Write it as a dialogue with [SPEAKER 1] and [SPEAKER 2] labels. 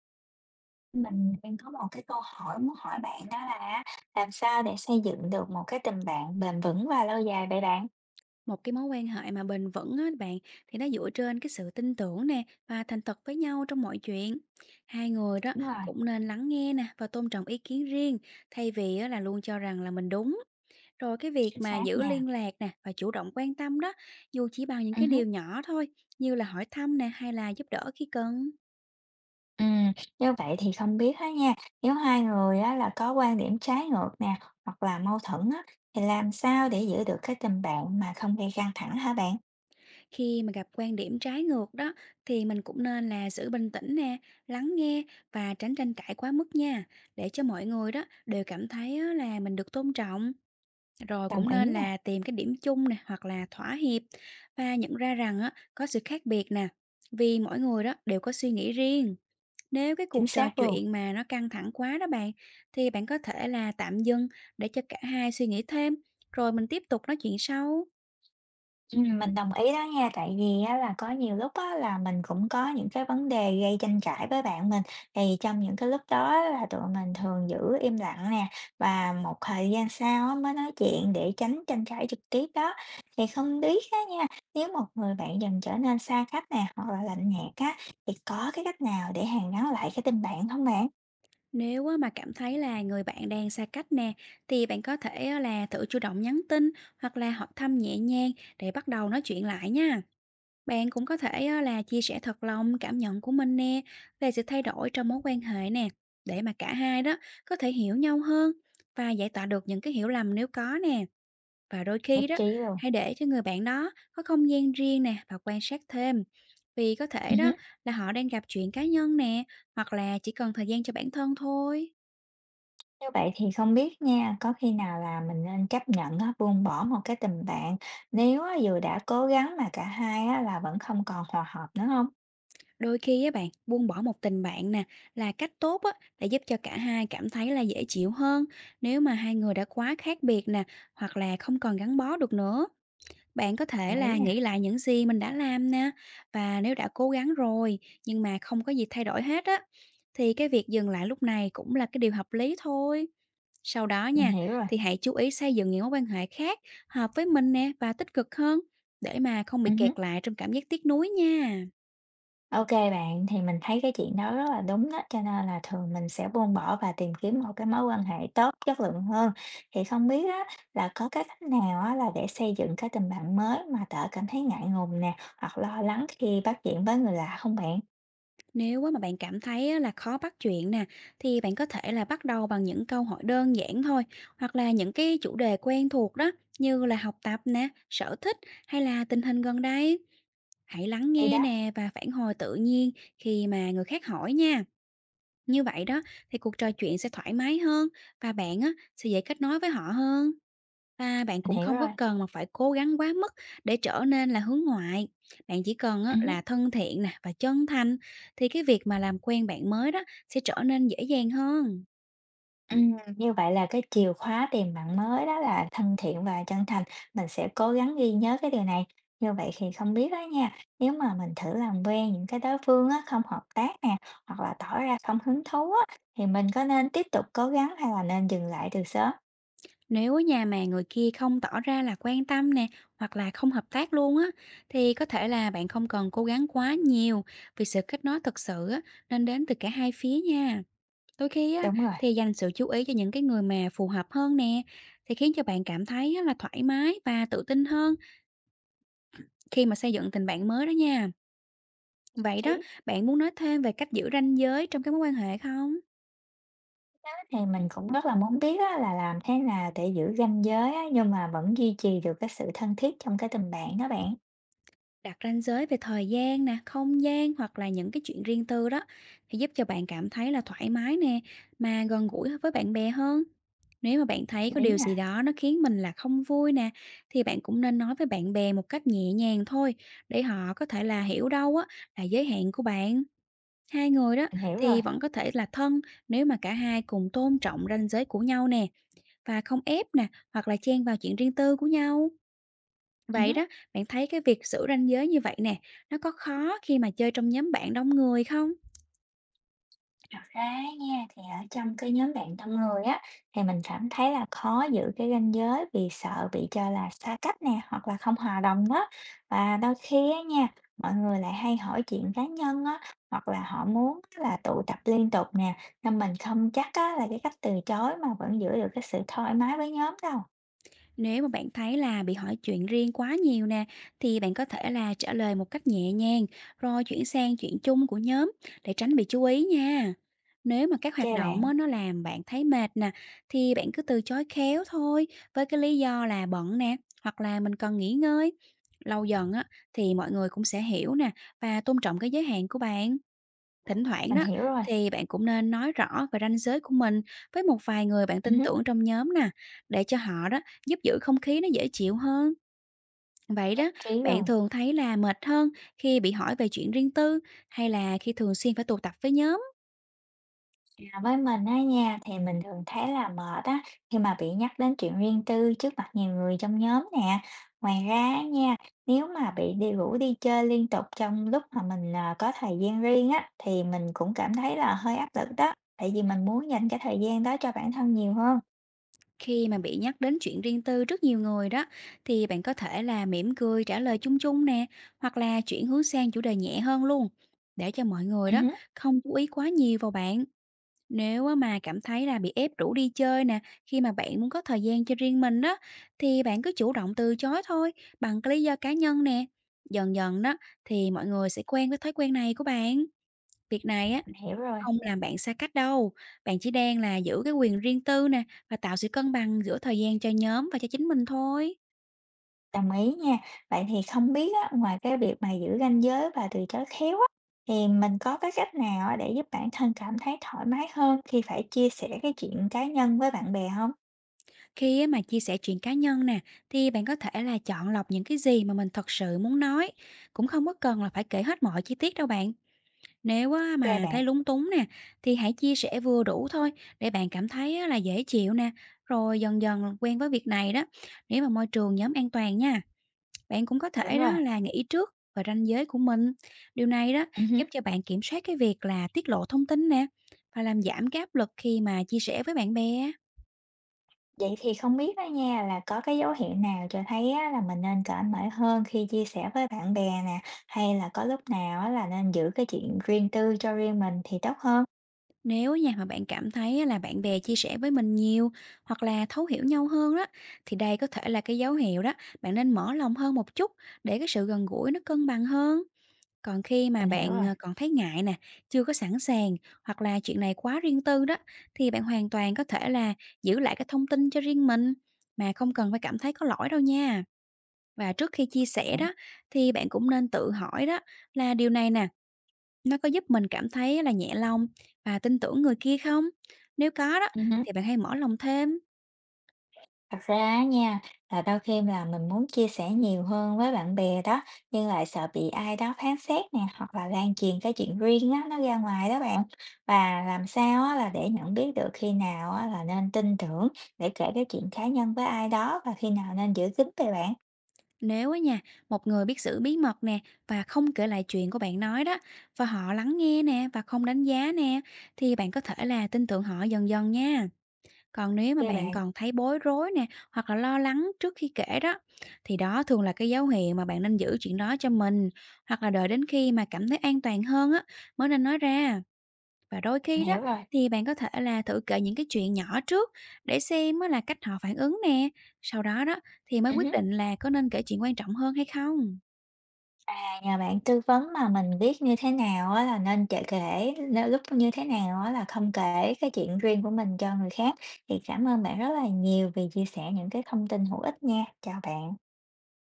[SPEAKER 1] Mình đang có một cái câu hỏi muốn hỏi bạn, đó là á, làm sao để xây dựng được một cái tình bạn bền vững và lâu dài vậy bạn?
[SPEAKER 2] Một cái mối quan hệ mà bền vững á bạn thì nó dựa trên cái sự tin tưởng nè và thành thật với nhau trong mọi chuyện. Hai người đó
[SPEAKER 1] Đúng rồi,
[SPEAKER 2] cũng nên lắng nghe nè và tôn trọng ý kiến riêng thay vì á, là luôn cho rằng là mình đúng. Rồi cái việc
[SPEAKER 1] chính
[SPEAKER 2] mà
[SPEAKER 1] xác
[SPEAKER 2] giữ
[SPEAKER 1] nha.
[SPEAKER 2] liên lạc nè và chủ động quan tâm đó dù chỉ bằng những cái
[SPEAKER 1] Hứm,
[SPEAKER 2] điều nhỏ thôi như là hỏi thăm nè hay là giúp đỡ khi cần.
[SPEAKER 1] ừm, như vậy thì không biết á nha, nếu hai người á là có quan điểm trái ngược nè, hoặc là mâu thuẫn á, thì làm sao để giữ được cái tình bạn mà không gây căng thẳng hả bạn?
[SPEAKER 2] Khi mà gặp quan điểm trái ngược đó thì mình cũng nên là giữ bình tĩnh nè, lắng nghe và tránh tranh cãi quá mức nha, để cho mọi người đó đều cảm thấy á là mình được tôn trọng. Rồi
[SPEAKER 1] Đồng
[SPEAKER 2] cũng
[SPEAKER 1] ý
[SPEAKER 2] nên
[SPEAKER 1] nè,
[SPEAKER 2] là tìm cái điểm chung nè hoặc là thỏa hiệp và nhận ra rằng á có sự khác biệt nè, vì mỗi người đó đều có suy nghĩ riêng. Nếu cái
[SPEAKER 1] chính
[SPEAKER 2] cuộc trò
[SPEAKER 1] xác luôn.
[SPEAKER 2] chuyện mà nó căng thẳng quá đó bạn thì bạn có thể là tạm dừng để cho cả hai suy nghĩ thêm rồi mình tiếp tục nói chuyện sau.
[SPEAKER 1] Mình đồng ý đó nha, tại vì á là có nhiều lúc á là mình cũng có những cái vấn đề gây tranh cãi với bạn mình, thì trong những cái lúc đó á là tụi mình thường giữ im lặng nè, và một thời gian sau á mới nói chuyện để tránh tranh cãi trực tiếp đó. Thì không biết á nha, nếu một người bạn dần trở nên xa cách nè, hoặc là lạnh nhạt á, thì có cái cách nào để hàn gắn lại cái tình bạn không bạn?
[SPEAKER 2] Nếu á mà cảm thấy là người bạn đang xa cách nè, thì bạn có thể á là thử chủ động nhắn tin hoặc là hỏi thăm nhẹ nhàng để bắt đầu nói chuyện lại nha. Bạn cũng có thể á là chia sẻ thật lòng cảm nhận của mình nè về sự thay đổi trong mối quan hệ nè, để mà cả hai đó có thể hiểu nhau hơn và giải tỏa được những cái hiểu lầm nếu có nè. Và đôi
[SPEAKER 1] Nhất
[SPEAKER 2] khi đó,
[SPEAKER 1] trí luôn.
[SPEAKER 2] hãy để cho người bạn đó có không gian riêng nè và quan sát thêm. Vì có thể đó là họ đang gặp chuyện cá nhân nè, hoặc là chỉ cần thời gian cho bản thân thôi.
[SPEAKER 1] Như vậy thì không biết nha, có khi nào là mình nên chấp nhận á, buông bỏ một cái tình bạn nếu á, dù đã cố gắng mà cả hai á, là vẫn không còn hòa hợp nữa không?
[SPEAKER 2] Đôi khi á bạn, buông bỏ một tình bạn nè là cách tốt á để giúp cho cả hai cảm thấy là dễ chịu hơn nếu mà hai người đã quá khác biệt nè hoặc là không còn gắn bó được nữa. Bạn có thể
[SPEAKER 1] Mấy
[SPEAKER 2] là
[SPEAKER 1] nè,
[SPEAKER 2] nghĩ lại những gì mình đã làm nè và nếu đã cố gắng rồi nhưng mà không có gì thay đổi hết á thì cái việc dừng lại lúc này cũng là cái điều hợp lý thôi. Sau đó
[SPEAKER 1] mình
[SPEAKER 2] nha,
[SPEAKER 1] hiểu rồi.
[SPEAKER 2] thì hãy chú ý xây dựng những mối quan hệ khác hợp với mình nè và tích cực hơn để mà không bị
[SPEAKER 1] Ừ.
[SPEAKER 2] kẹt lại trong cảm giác tiếc nuối nha.
[SPEAKER 1] Ok bạn, thì mình thấy cái chuyện đó rất là đúng đó, cho nên là thường mình sẽ buông bỏ và tìm kiếm một cái mối quan hệ tốt, chất lượng hơn. Thì không biết á, là có cái cách nào á, là để xây dựng cái tình bạn mới mà đỡ cảm thấy ngại ngùng nè, hoặc lo lắng khi bắt chuyện với người lạ không bạn?
[SPEAKER 2] Nếu á mà bạn cảm thấy á là khó bắt chuyện nè, thì bạn có thể là bắt đầu bằng những câu hỏi đơn giản thôi, hoặc là những cái chủ đề quen thuộc đó, như là học tập nè, sở thích hay là tình hình gần đây. Hãy lắng
[SPEAKER 1] Thì
[SPEAKER 2] nghe
[SPEAKER 1] đó,
[SPEAKER 2] nè và phản hồi tự nhiên khi mà người khác hỏi nha. Như vậy đó thì cuộc trò chuyện sẽ thoải mái hơn và bạn á sẽ dễ kết nối với họ hơn. Và bạn
[SPEAKER 1] mình
[SPEAKER 2] cũng
[SPEAKER 1] hiểu
[SPEAKER 2] không có
[SPEAKER 1] rồi.
[SPEAKER 2] cần mà phải cố gắng quá mức để trở nên là hướng ngoại. Bạn chỉ cần
[SPEAKER 1] Ừ.
[SPEAKER 2] á, là thân thiện nè và chân thành thì cái việc mà làm quen bạn mới đó sẽ trở nên dễ dàng hơn.
[SPEAKER 1] Như vậy là cái chìa khóa tìm bạn mới đó là thân thiện và chân thành, mình sẽ cố gắng ghi nhớ cái điều này. Như vậy thì không biết đó nha, nếu mà mình thử làm quen những cái đối phương á, không hợp tác nè, hoặc là tỏ ra không hứng thú á, thì mình có nên tiếp tục cố gắng hay là nên dừng lại từ sớm?
[SPEAKER 2] Nếu ở nhà mà người kia không tỏ ra là quan tâm nè hoặc là không hợp tác luôn á thì có thể là bạn không cần cố gắng quá nhiều vì sự kết nối thật sự á, nên đến từ cả hai phía nha. Đôi khi á,
[SPEAKER 1] Đúng rồi.
[SPEAKER 2] thì dành sự chú ý cho những cái người mà phù hợp hơn nè, thì khiến cho bạn cảm thấy á, là thoải mái và tự tin hơn khi mà xây dựng tình bạn mới đó nha. Vậy
[SPEAKER 1] Ý
[SPEAKER 2] đó, bạn muốn nói thêm về cách giữ ranh giới trong các mối quan hệ không?
[SPEAKER 1] thì mình cũng rất là muốn biết á, là làm thế nào để giữ ranh giới á, nhưng mà vẫn duy trì được cái sự thân thiết trong cái tình bạn đó bạn.
[SPEAKER 2] Đặt ranh giới về thời gian nè, không gian hoặc là những cái chuyện riêng tư đó thì giúp cho bạn cảm thấy là thoải mái nè, mà gần gũi với bạn bè hơn. Nếu mà bạn thấy
[SPEAKER 1] Đồng
[SPEAKER 2] có
[SPEAKER 1] ý
[SPEAKER 2] điều gì
[SPEAKER 1] nè,
[SPEAKER 2] đó nó khiến mình là không vui nè thì bạn cũng nên nói với bạn bè một cách nhẹ nhàng thôi để họ có thể là hiểu đâu á là giới hạn của bạn. Hai người đó
[SPEAKER 1] mình hiểu rồi.
[SPEAKER 2] thì vẫn có thể là thân nếu mà cả hai cùng tôn trọng ranh giới của nhau nè và không ép nè hoặc là chen vào chuyện riêng tư của nhau. Vậy đó, bạn thấy cái việc giữ ranh giới như vậy nè, nó có khó khi mà chơi trong nhóm bạn đông người không?
[SPEAKER 1] Thật ra nha, thì ở trong cái nhóm bạn đông người á, thì mình cảm thấy là khó giữ cái ranh giới vì sợ bị cho là xa cách nè, hoặc là không hòa đồng đó. Và đôi khi á nha, mọi người lại hay hỏi chuyện cá nhân á, hoặc là họ muốn là tụ tập liên tục nè, nên mình không chắc á, là cái cách từ chối mà vẫn giữ được cái sự thoải mái với nhóm đâu.
[SPEAKER 2] Nếu mà bạn thấy là bị hỏi chuyện riêng quá nhiều nè, thì bạn có thể là trả lời một cách nhẹ nhàng, rồi chuyển sang chuyện chung của nhóm để tránh bị chú ý nha. Nếu mà các hoạt
[SPEAKER 1] Ok
[SPEAKER 2] động
[SPEAKER 1] bạn,
[SPEAKER 2] á, nó làm bạn thấy mệt nè, thì bạn cứ từ chối khéo thôi, với cái lý do là bận nè, hoặc là mình cần nghỉ ngơi. Lâu dần á, thì mọi người cũng sẽ hiểu nè và tôn trọng cái giới hạn của bạn. Thỉnh thoảng
[SPEAKER 1] mình
[SPEAKER 2] đó,
[SPEAKER 1] hiểu rồi.
[SPEAKER 2] thì bạn cũng nên nói rõ về ranh giới của mình với một vài người bạn
[SPEAKER 1] Ừ
[SPEAKER 2] tin
[SPEAKER 1] hứ,
[SPEAKER 2] tưởng trong nhóm nè, để cho họ đó giúp giữ không khí nó dễ chịu hơn. Vậy
[SPEAKER 1] nhất
[SPEAKER 2] đó,
[SPEAKER 1] trí
[SPEAKER 2] bạn
[SPEAKER 1] luôn.
[SPEAKER 2] thường thấy là mệt hơn khi bị hỏi về chuyện riêng tư hay là khi thường xuyên phải tụ tập với nhóm?
[SPEAKER 1] À, với mình á nha, thì mình thường thấy là mệt á, khi mà bị nhắc đến chuyện riêng tư trước mặt nhiều người trong nhóm nè. Ngoài ra á nha, nếu mà bị đi rủ đi chơi liên tục trong lúc mà mình là có thời gian riêng á, thì mình cũng cảm thấy là hơi áp lực đó, tại vì mình muốn dành cái thời gian đó cho bản thân nhiều hơn.
[SPEAKER 2] Khi mà bị nhắc đến chuyện riêng tư rất nhiều người đó, thì bạn có thể là mỉm cười trả lời chung chung nè, hoặc là chuyển hướng sang chủ đề nhẹ hơn luôn, để cho mọi người
[SPEAKER 1] Ừ
[SPEAKER 2] đó
[SPEAKER 1] hứ,
[SPEAKER 2] không chú ý quá nhiều vào bạn. Nếu á mà cảm thấy là bị ép rủ đi chơi nè, khi mà bạn muốn có thời gian cho riêng mình đó, thì bạn cứ chủ động từ chối thôi, bằng cái lý do cá nhân nè. Dần dần đó, thì mọi người sẽ quen với thói quen này của bạn. Việc này á,
[SPEAKER 1] mình hiểu rồi.
[SPEAKER 2] không làm bạn xa cách đâu. Bạn chỉ đang là giữ cái quyền riêng tư nè, và tạo sự cân bằng giữa thời gian cho nhóm và cho chính mình thôi.
[SPEAKER 1] Đồng ý nha. Vậy thì không biết á, ngoài cái việc mà giữ ranh giới và từ chối khéo á, thì mình có cái cách nào á, để giúp bản thân cảm thấy thoải mái hơn khi phải chia sẻ cái chuyện cá nhân với bạn bè không?
[SPEAKER 2] Khi á mà chia sẻ chuyện cá nhân nè, thì bạn có thể là chọn lọc những cái gì mà mình thật sự muốn nói. Cũng không có cần là phải kể hết mọi chi tiết đâu bạn. Nếu á
[SPEAKER 1] Kê
[SPEAKER 2] mà
[SPEAKER 1] bạn,
[SPEAKER 2] thấy lúng túng nè, thì hãy chia sẻ vừa đủ thôi để bạn cảm thấy á là dễ chịu nè, rồi dần dần quen với việc này đó. Nếu mà môi trường nhóm an toàn nha, bạn cũng có
[SPEAKER 1] hiểu
[SPEAKER 2] thể đó
[SPEAKER 1] rồi.
[SPEAKER 2] là nghĩ trước về ranh giới của mình. Điều này đó
[SPEAKER 1] Hứm.
[SPEAKER 2] giúp cho bạn kiểm soát cái việc là tiết lộ thông tin nè và làm giảm cái áp lực khi mà chia sẻ với bạn bè.
[SPEAKER 1] Vậy thì không biết đó nha, là có cái dấu hiệu nào cho thấy á, là mình nên cởi mở hơn khi chia sẻ với bạn bè nè, hay là có lúc nào á, là nên giữ cái chuyện riêng tư cho riêng mình thì tốt hơn?
[SPEAKER 2] Nếu nha mà bạn cảm thấy là bạn bè chia sẻ với mình nhiều hoặc là thấu hiểu nhau hơn đó thì đây có thể là cái dấu hiệu đó, bạn nên mở lòng hơn một chút để cái sự gần gũi nó cân bằng hơn. Còn khi mà
[SPEAKER 1] Mình hiểu
[SPEAKER 2] bạn
[SPEAKER 1] rồi,
[SPEAKER 2] còn thấy ngại nè, chưa có sẵn sàng hoặc là chuyện này quá riêng tư đó thì bạn hoàn toàn có thể là giữ lại cái thông tin cho riêng mình mà không cần phải cảm thấy có lỗi đâu nha. Và trước khi chia sẻ
[SPEAKER 1] bạn.
[SPEAKER 2] đó, thì bạn cũng nên tự hỏi đó là điều này nè, nó có giúp mình cảm thấy là nhẹ lòng và tin tưởng người kia không? Nếu có đó,
[SPEAKER 1] Hứm.
[SPEAKER 2] thì bạn hãy mở lòng thêm.
[SPEAKER 1] Thật ra á nha, là đôi khi là mình muốn chia sẻ nhiều hơn với bạn bè đó, nhưng lại sợ bị ai đó phán xét nè, hoặc là lan truyền cái chuyện riêng á, nó ra ngoài đó bạn. Và làm sao á, là để nhận biết được khi nào á, là nên tin tưởng để kể cái chuyện cá nhân với ai đó và khi nào nên giữ kín về bạn.
[SPEAKER 2] Nếu á nha, một người biết giữ bí mật nè và không kể lại chuyện của bạn nói đó và họ lắng nghe nè và không đánh giá nè thì bạn có thể là tin tưởng họ dần dần nha. Còn nếu mà
[SPEAKER 1] Ok
[SPEAKER 2] bạn
[SPEAKER 1] bạn,
[SPEAKER 2] còn thấy bối rối nè, hoặc là lo lắng trước khi kể đó, thì đó thường là cái dấu hiệu mà bạn nên giữ chuyện đó cho mình, hoặc là đợi đến khi mà cảm thấy an toàn hơn á, mới nên nói ra. Và đôi khi
[SPEAKER 1] mình
[SPEAKER 2] đó
[SPEAKER 1] hiểu rồi.
[SPEAKER 2] thì bạn có thể là thử kể những cái chuyện nhỏ trước để xem á là cách họ phản ứng nè, sau đó đó thì mới
[SPEAKER 1] Ừ.
[SPEAKER 2] quyết định là có nên kể chuyện quan trọng hơn hay không.
[SPEAKER 1] Và nhờ bạn tư vấn mà mình biết như thế nào á là nên chệ kể, nếu lúc như thế nào á là không kể cái chuyện riêng của mình cho người khác. Thì cảm ơn bạn rất là nhiều vì chia sẻ những cái thông tin hữu ích nha. Chào bạn.